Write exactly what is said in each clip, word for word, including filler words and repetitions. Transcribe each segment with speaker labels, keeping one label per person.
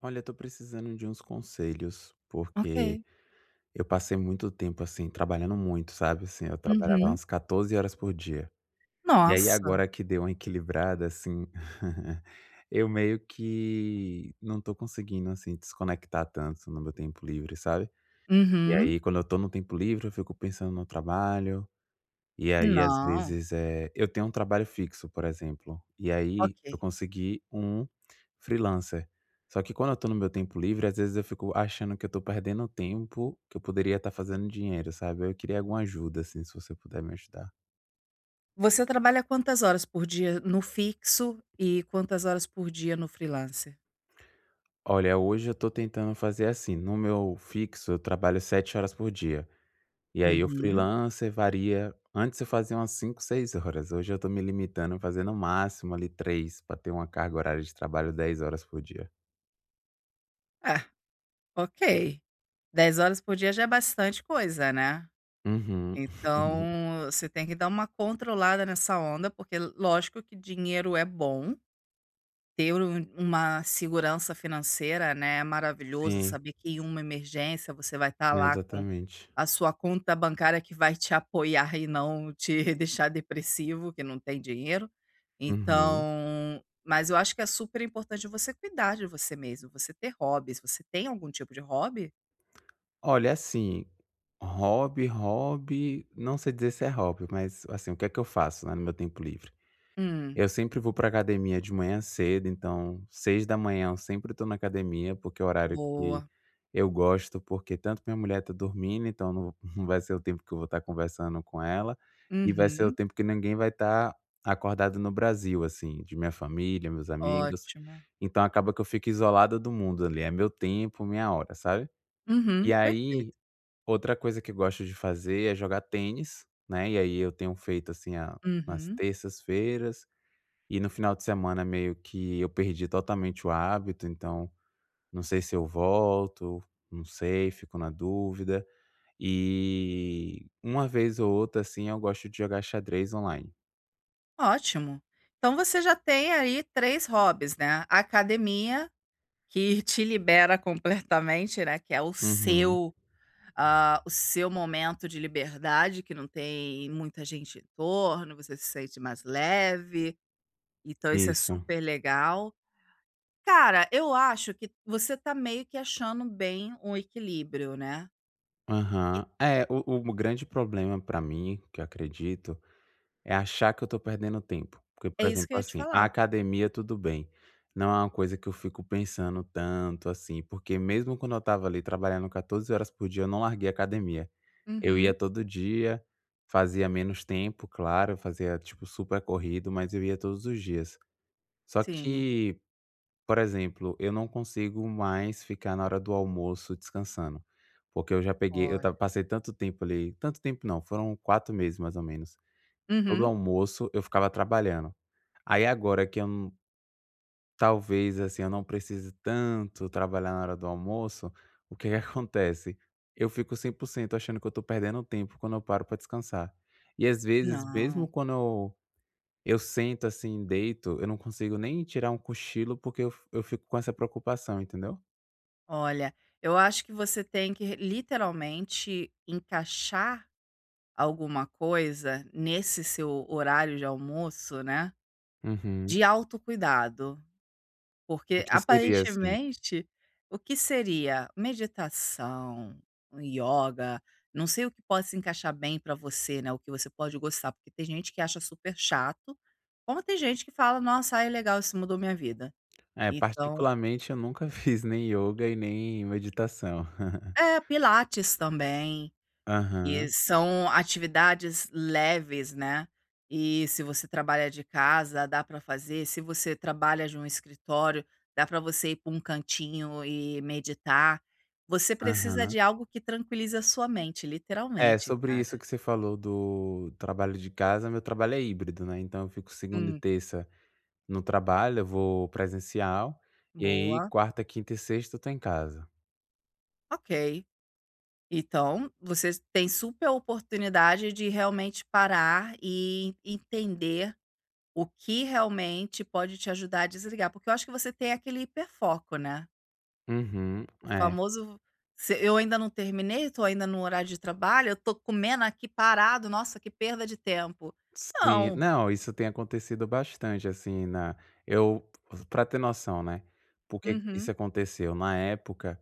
Speaker 1: Olha, eu tô precisando de uns conselhos, porque
Speaker 2: Ok.
Speaker 1: eu passei muito tempo, assim, trabalhando muito, sabe, assim, eu trabalhava
Speaker 2: Uhum.
Speaker 1: umas quatorze horas por dia. E aí
Speaker 2: Nossa.
Speaker 1: agora que deu uma equilibrada, assim, eu meio que não tô conseguindo, assim, desconectar tanto no meu tempo livre, sabe. E
Speaker 2: Uhum.
Speaker 1: aí quando eu tô no tempo livre, eu fico pensando no trabalho, e aí, às
Speaker 2: Não,
Speaker 1: vezes, é eu tenho um trabalho fixo, por exemplo, e aí eu
Speaker 2: ok.
Speaker 1: consegui um freelancer. Só que quando eu tô no meu tempo livre, às vezes eu fico achando que eu tô perdendo tempo, que eu poderia estar fazendo dinheiro, sabe. Eu queria alguma ajuda, assim, se você puder me ajudar.
Speaker 2: Você trabalha quantas horas por dia no fixo e quantas horas por dia no freelancer?
Speaker 1: Olha, hoje eu tô tentando fazer assim: no meu fixo eu trabalho sete horas por dia, e aí o
Speaker 2: Uhum.
Speaker 1: freelancer varia. Antes eu fazia umas cinco, seis horas, hoje eu tô me limitando a fazer no máximo ali três, para ter uma carga horária de trabalho dez horas por dia.
Speaker 2: É, ok. Dez horas por dia já é bastante coisa, né.
Speaker 1: Uhum.
Speaker 2: Então, você tem que dar uma controlada nessa onda, porque lógico que dinheiro é bom, ter um uma segurança financeira, né, é maravilhoso,
Speaker 1: Sim,
Speaker 2: saber que em uma emergência você vai estar lá com
Speaker 1: exatamente.
Speaker 2: a sua conta bancária que vai te apoiar e não te deixar depressivo, que não tem dinheiro.
Speaker 1: Uhum.
Speaker 2: Então, mas eu acho que é super importante você cuidar de você mesmo, você ter hobbies. Você tem algum tipo de hobby?
Speaker 1: Olha, assim, hobby, hobby, não sei dizer se é hobby, mas, assim, o que é que eu faço, né, no meu tempo livre?
Speaker 2: Hum,
Speaker 1: Eu sempre vou pra academia de manhã cedo, então seis horas eu sempre tô na academia, porque é o horário que
Speaker 2: boa.
Speaker 1: eu gosto, porque tanto minha mulher tá dormindo, então não não vai ser o tempo que eu vou estar conversando com ela, e vai ser o
Speaker 2: Uhum,
Speaker 1: tempo que ninguém vai estar acordado no Brasil, assim, de minha família, meus amigos.
Speaker 2: ótimo.
Speaker 1: Então acaba que eu fico isolado do mundo ali, é meu tempo, minha hora, sabe. E
Speaker 2: Uhum,
Speaker 1: aí,
Speaker 2: perfeito.
Speaker 1: outra coisa que eu gosto de fazer é jogar tênis, né, e aí eu tenho feito, assim, a nas
Speaker 2: Uhum,
Speaker 1: terças-feiras. E no final de semana meio que eu perdi totalmente o hábito, então não sei se eu volto, não sei, fico na dúvida. E uma vez ou outra, assim, eu gosto de jogar xadrez online.
Speaker 2: ótimo. Então você já tem aí três hobbies, né, a academia, que te libera completamente, né, que é o
Speaker 1: Uhum,
Speaker 2: seu ah, o seu momento de liberdade, que não tem muita gente em torno, você se sente mais leve, então isso é
Speaker 1: isso.
Speaker 2: super legal. Cara, eu acho que você tá meio que achando bem um equilíbrio, né. E
Speaker 1: Aham. É, o, o grande problema pra mim, que eu acredito, é achar que eu tô perdendo tempo. Porque, por
Speaker 2: é isso
Speaker 1: exemplo,
Speaker 2: que eu ia te
Speaker 1: assim, a
Speaker 2: falar.
Speaker 1: academia, tudo bem. Não é uma coisa que eu fico pensando tanto assim, porque mesmo quando eu tava ali trabalhando quatorze horas por dia, eu não larguei a academia. Eu ia
Speaker 2: Uhum,
Speaker 1: todo dia, fazia menos tempo, claro, fazia tipo super corrido, mas eu ia todos os dias. Só
Speaker 2: sim,
Speaker 1: que, por exemplo, eu não consigo mais ficar na hora do almoço descansando, porque eu já peguei eu
Speaker 2: olha,
Speaker 1: ta passei tanto tempo ali. Tanto tempo não, foram quatro meses mais ou menos. Todo
Speaker 2: uhum.
Speaker 1: almoço eu ficava trabalhando. Aí agora que eu Talvez, assim, eu não precise tanto trabalhar na hora do almoço. O que que acontece? Eu fico cem por cento achando que eu tô perdendo tempo quando eu paro para descansar. E às vezes,
Speaker 2: Não,
Speaker 1: mesmo quando eu eu sento, assim, deito, eu não consigo nem tirar um cochilo, porque eu eu fico com essa preocupação, entendeu?
Speaker 2: olha, eu acho que você tem que literalmente encaixar alguma coisa nesse seu horário de almoço, né,
Speaker 1: Uhum.
Speaker 2: de autocuidado.
Speaker 1: O
Speaker 2: Porque
Speaker 1: que seria, assim.
Speaker 2: aparentemente, o que seria meditação, ioga, não sei o que pode se encaixar bem para você, né, o que você pode gostar, porque tem gente que acha super chato, como tem gente que fala: "Nossa, ah, é legal, isso mudou minha vida".
Speaker 1: É,
Speaker 2: Então
Speaker 1: particularmente eu nunca fiz nem yoga e nem meditação.
Speaker 2: é, pilates também. E
Speaker 1: Aham,
Speaker 2: são atividades leves, né, e se você trabalha de casa, dá para fazer, se você trabalha de um escritório, dá para você ir para um cantinho e meditar. Você precisa
Speaker 1: aham.
Speaker 2: de algo que tranquiliza a sua mente,
Speaker 1: É,
Speaker 2: literalmente,
Speaker 1: sobre
Speaker 2: cara.
Speaker 1: isso que você falou do trabalho de casa, meu trabalho é híbrido, né, então eu fico segunda e
Speaker 2: Hum,
Speaker 1: terça no trabalho, eu vou presencial, e aí
Speaker 2: boa,
Speaker 1: quarta, quinta e sexta eu tô em casa.
Speaker 2: ok. Então, você tem super oportunidade de realmente parar e entender o que realmente pode te ajudar a desligar, porque eu acho que você tem aquele hiperfoco, né?
Speaker 1: Uhum,
Speaker 2: O
Speaker 1: é.
Speaker 2: famoso se eu ainda não terminei, estou ainda no horário de trabalho, eu estou comendo aqui parado, nossa, que perda de tempo.
Speaker 1: Sim.
Speaker 2: Não.
Speaker 1: Não, isso tem acontecido bastante, assim, na eu pra ter noção, né, por que
Speaker 2: Uhum.
Speaker 1: isso aconteceu. Na época,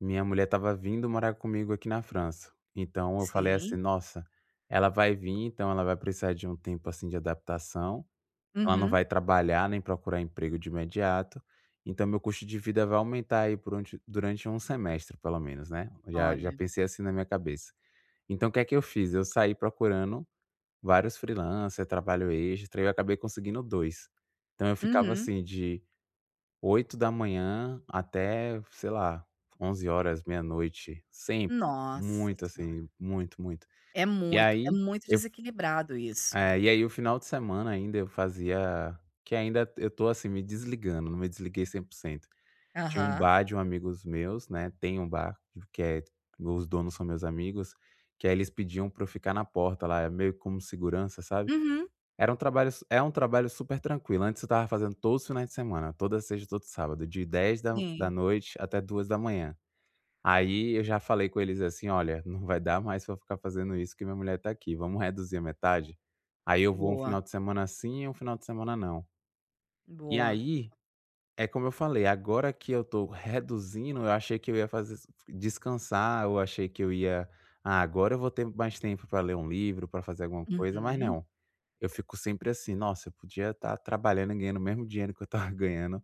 Speaker 1: minha mulher estava vindo morar comigo aqui na França, então eu falei assim:
Speaker 2: Sim.
Speaker 1: "Nossa, ela vai vir, então ela vai precisar de um tempo, assim, de adaptação". Ela não
Speaker 2: Uhum.
Speaker 1: vai trabalhar nem procurar emprego de imediato, então meu custo de vida vai aumentar aí por onde durante um semestre pelo menos, né, já
Speaker 2: Olha.
Speaker 1: já pensei assim na minha cabeça. Então o que é que eu fiz? Eu saí procurando vários freelancers, trabalho extra, e eu acabei conseguindo dois. Então eu ficava
Speaker 2: Uhum.
Speaker 1: assim de oito da manhã até, sei lá, onze horas, meia-noite, sempre,
Speaker 2: Nossa
Speaker 1: muito
Speaker 2: senhora.
Speaker 1: assim, muito, muito.
Speaker 2: É
Speaker 1: E
Speaker 2: muito, é
Speaker 1: aí
Speaker 2: muito
Speaker 1: eu
Speaker 2: desequilibrado isso.
Speaker 1: é, e aí o final de semana ainda eu fazia, que ainda eu tô, assim, me desligando, não me desliguei cem por cento. Tinha um
Speaker 2: Aham.
Speaker 1: bar de um amigos meus, né, tem um bar que é os donos são meus amigos, que aí eles pediam pra eu ficar na porta lá, é meio como segurança, sabe.
Speaker 2: Uhum.
Speaker 1: Era um trabalho su É um trabalho super tranquilo. Antes eu estava fazendo todos os finais de semana, toda sexta, todo sábado, de dez da da
Speaker 2: Sim.
Speaker 1: noite até duas da manhã. Aí eu já falei com eles assim: "Olha, não vai dar mais pra eu ficar fazendo isso, que minha mulher tá aqui, vamos reduzir a metade?". Aí eu vou um
Speaker 2: Boa,
Speaker 1: final de semana sim e um final de semana não. E
Speaker 2: boa.
Speaker 1: aí, é como eu falei, agora que eu tô reduzindo, eu achei que eu ia fazer, descansar, eu achei que eu ia: "Ah, agora eu vou ter mais tempo pra ler um livro, pra fazer alguma coisa", mas
Speaker 2: Uhum.
Speaker 1: não, eu fico sempre assim: "Nossa, eu podia estar trabalhando e ganhando o mesmo dinheiro que eu estava ganhando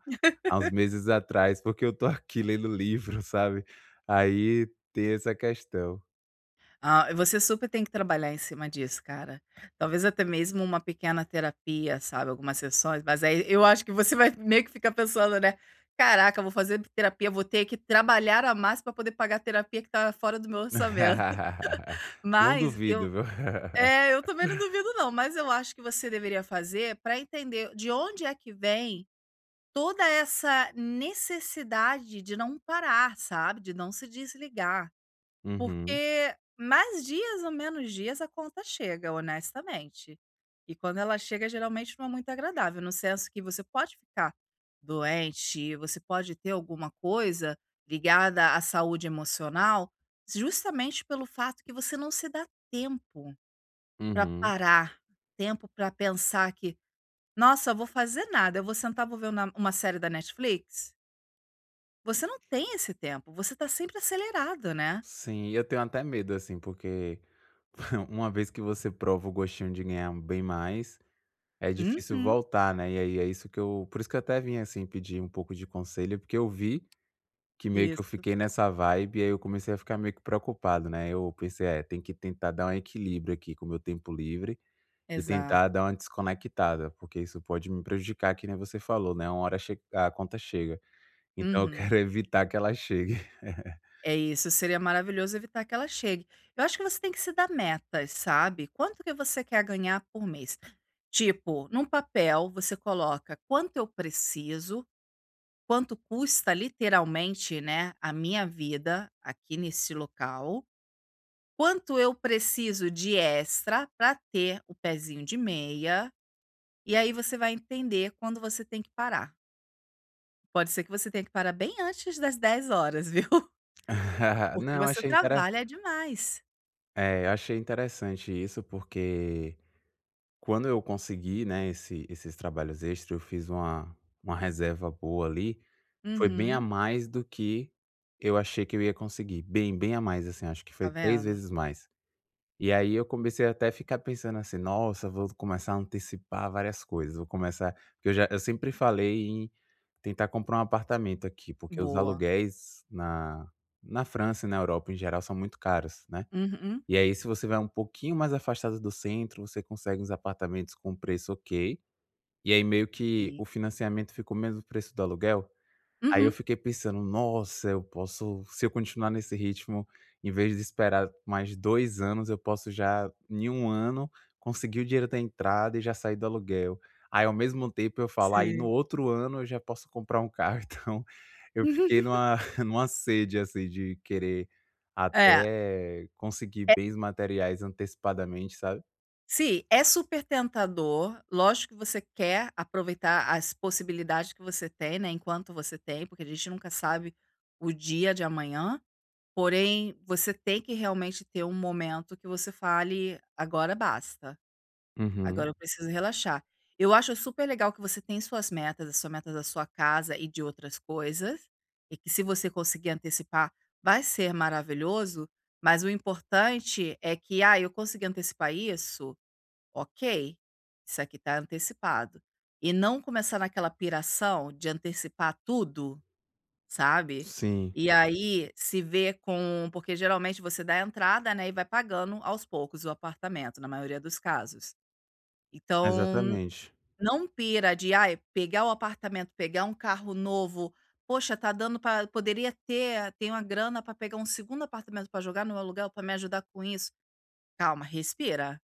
Speaker 1: há uns meses atrás, porque eu tô aqui lendo livro, sabe". Aí tem essa questão.
Speaker 2: Ah, você super tem que trabalhar em cima disso, cara. Talvez até mesmo uma pequena terapia, sabe, algumas sessões, mas aí eu acho que você vai meio que ficar pensando, né: "Caraca, vou fazer terapia, vou ter que trabalhar a mais para poder pagar a terapia que tá fora do meu orçamento".
Speaker 1: Não
Speaker 2: Mas eu
Speaker 1: duvido, viu.
Speaker 2: é, eu também não duvido não, mas eu acho que você deveria fazer para entender de onde é que vem toda essa necessidade de não parar, sabe, de não se desligar.
Speaker 1: Uhum,
Speaker 2: Porque mais dias ou menos dias a conta chega, honestamente. E quando ela chega, geralmente não é muito agradável, no senso que você pode ficar doente, você pode ter alguma coisa ligada à saúde emocional, justamente pelo fato que você não se dá tempo para
Speaker 1: uhum.
Speaker 2: parar, tempo para pensar que: "Nossa, eu vou fazer nada, eu vou sentar, vou ver uma uma série da Netflix". Você não tem esse tempo, você está sempre acelerado, né.
Speaker 1: Sim, eu tenho até medo, assim, porque uma vez que você prova o gostinho de ganhar bem mais, é difícil
Speaker 2: Uhum,
Speaker 1: voltar, né. E aí é isso que eu por isso que eu até vim, assim, pedir um pouco de conselho, porque eu vi que meio que eu
Speaker 2: isso.
Speaker 1: fiquei nessa vibe e aí eu comecei a ficar meio que preocupado, né. Eu pensei: "É, tem que tentar dar um equilíbrio aqui com o meu tempo livre e tentar dar
Speaker 2: Exato.
Speaker 1: uma desconectada, porque isso pode me prejudicar, que nem você falou, né, uma hora che a conta chega. Então eu
Speaker 2: Uhum.
Speaker 1: quero evitar que ela chegue".
Speaker 2: É isso, seria maravilhoso evitar que ela chegue. Eu acho que você tem que se dar metas, sabe. Quanto que você quer ganhar por mês? Tipo, num papel você coloca quanto eu preciso, quanto custa literalmente, né, a minha vida aqui nesse local, quanto eu preciso de extra para ter o pezinho de meia, e aí você vai entender quando você tem que parar. Pode ser que você tenha que parar bem antes das dez horas viu. Porque
Speaker 1: Não,
Speaker 2: você
Speaker 1: achei intere
Speaker 2: trabalha demais.
Speaker 1: é, eu achei interessante isso, porque quando eu consegui, né, esse esses trabalhos extra, eu fiz uma uma reserva boa ali, foi bem a
Speaker 2: Uhum.
Speaker 1: mais do que eu achei que eu ia conseguir, bem, bem a mais, assim, acho que
Speaker 2: Tá
Speaker 1: foi três
Speaker 2: vendo?
Speaker 1: vezes mais. E aí eu comecei até a ficar pensando assim: "Nossa, vou começar a antecipar várias coisas, vou começar", porque eu já eu sempre falei em tentar comprar um apartamento aqui, porque os
Speaker 2: Boa.
Speaker 1: aluguéis na na França e na Europa em geral são muito caros, né.
Speaker 2: Uhum.
Speaker 1: E aí se você vai um pouquinho mais afastado do centro, você consegue uns apartamentos com preço ok, e aí meio que
Speaker 2: Sim.
Speaker 1: o financiamento ficou o mesmo preço do aluguel. Aí eu
Speaker 2: Uhum.
Speaker 1: fiquei pensando: "Nossa, eu posso, se eu continuar nesse ritmo, em vez de esperar mais dois anos, eu posso já, em um ano, conseguir o dinheiro da entrada e já sair do aluguel". Aí, ao mesmo tempo, eu falo: "Aí, no
Speaker 2: Sim.
Speaker 1: outro ano, eu já posso comprar um carro". Então, eu fiquei numa numa sede, assim, de querer
Speaker 2: É,
Speaker 1: até conseguir
Speaker 2: é
Speaker 1: bens materiais antecipadamente, sabe?
Speaker 2: sim, é super tentador. Lógico que você quer aproveitar as possibilidades que você tem, né, enquanto você tem, porque a gente nunca sabe o dia de amanhã. Porém, você tem que realmente ter um momento que você fale: "Agora basta".
Speaker 1: Uhum.
Speaker 2: Agora eu preciso relaxar. Eu acho super legal que você tem suas metas, a sua meta da sua casa e de outras coisas, e que se você conseguir antecipar, vai ser maravilhoso, mas o importante é que, ah, eu consegui antecipar isso, ok, isso aqui está antecipado. E não começar naquela piração de antecipar tudo, sabe?
Speaker 1: Sim.
Speaker 2: E aí se vê com. Porque geralmente você dá a entrada, né, e vai pagando aos poucos o apartamento, na maioria dos casos. Então,
Speaker 1: Exatamente.
Speaker 2: não pira de: "Ai, pegar o apartamento, pegar um carro novo, poxa, tá dando para poderia ter, tenho a grana para pegar um segundo apartamento para jogar no aluguel para me ajudar com isso". Calma, respira.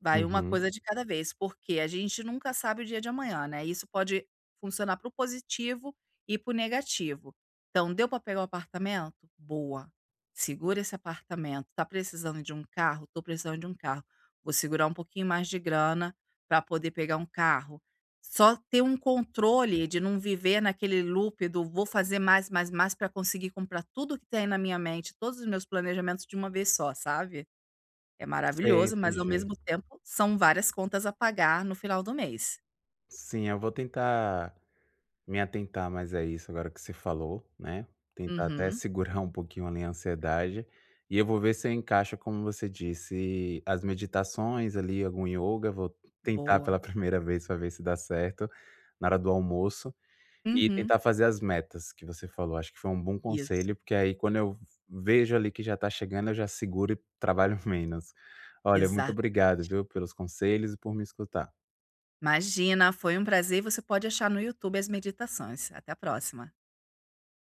Speaker 2: Vai uma
Speaker 1: Uhum.
Speaker 2: coisa de cada vez, porque a gente nunca sabe o dia de amanhã, né, isso pode funcionar para o positivo e para o negativo. Então, deu para pegar o apartamento? Boa, segura esse apartamento. Tá precisando de um carro? Tô precisando de um carro. Vou segurar um pouquinho mais de grana para poder pegar um carro. Só ter um controle de não viver naquele loop do vou fazer mais, mais, mais para conseguir comprar tudo que tem na minha mente, todos os meus planejamentos de uma vez só, sabe? É
Speaker 1: Sei,
Speaker 2: maravilhoso, mas ao
Speaker 1: entendi.
Speaker 2: mesmo tempo são várias contas a pagar no final do mês.
Speaker 1: Sim, eu vou tentar me atentar mais a isso agora que você falou, né, tentar até
Speaker 2: Uhum.
Speaker 1: segurar um pouquinho ali a ansiedade, e eu vou ver se eu encaixo, como você disse, as meditações ali, algum yoga, vou tentar
Speaker 2: Boa.
Speaker 1: pela primeira vez para ver se dá certo, na hora do almoço, e
Speaker 2: Uhum.
Speaker 1: tentar fazer as metas que você falou. Acho que foi um bom
Speaker 2: Isso,
Speaker 1: conselho, porque aí quando eu vejo ali que já está chegando, eu já seguro e trabalho menos. Olha, muito
Speaker 2: exatamente.
Speaker 1: obrigado, viu, pelos conselhos e por me escutar.
Speaker 2: Imagina, foi um prazer você pode achar no YouTube as meditações. Até a próxima.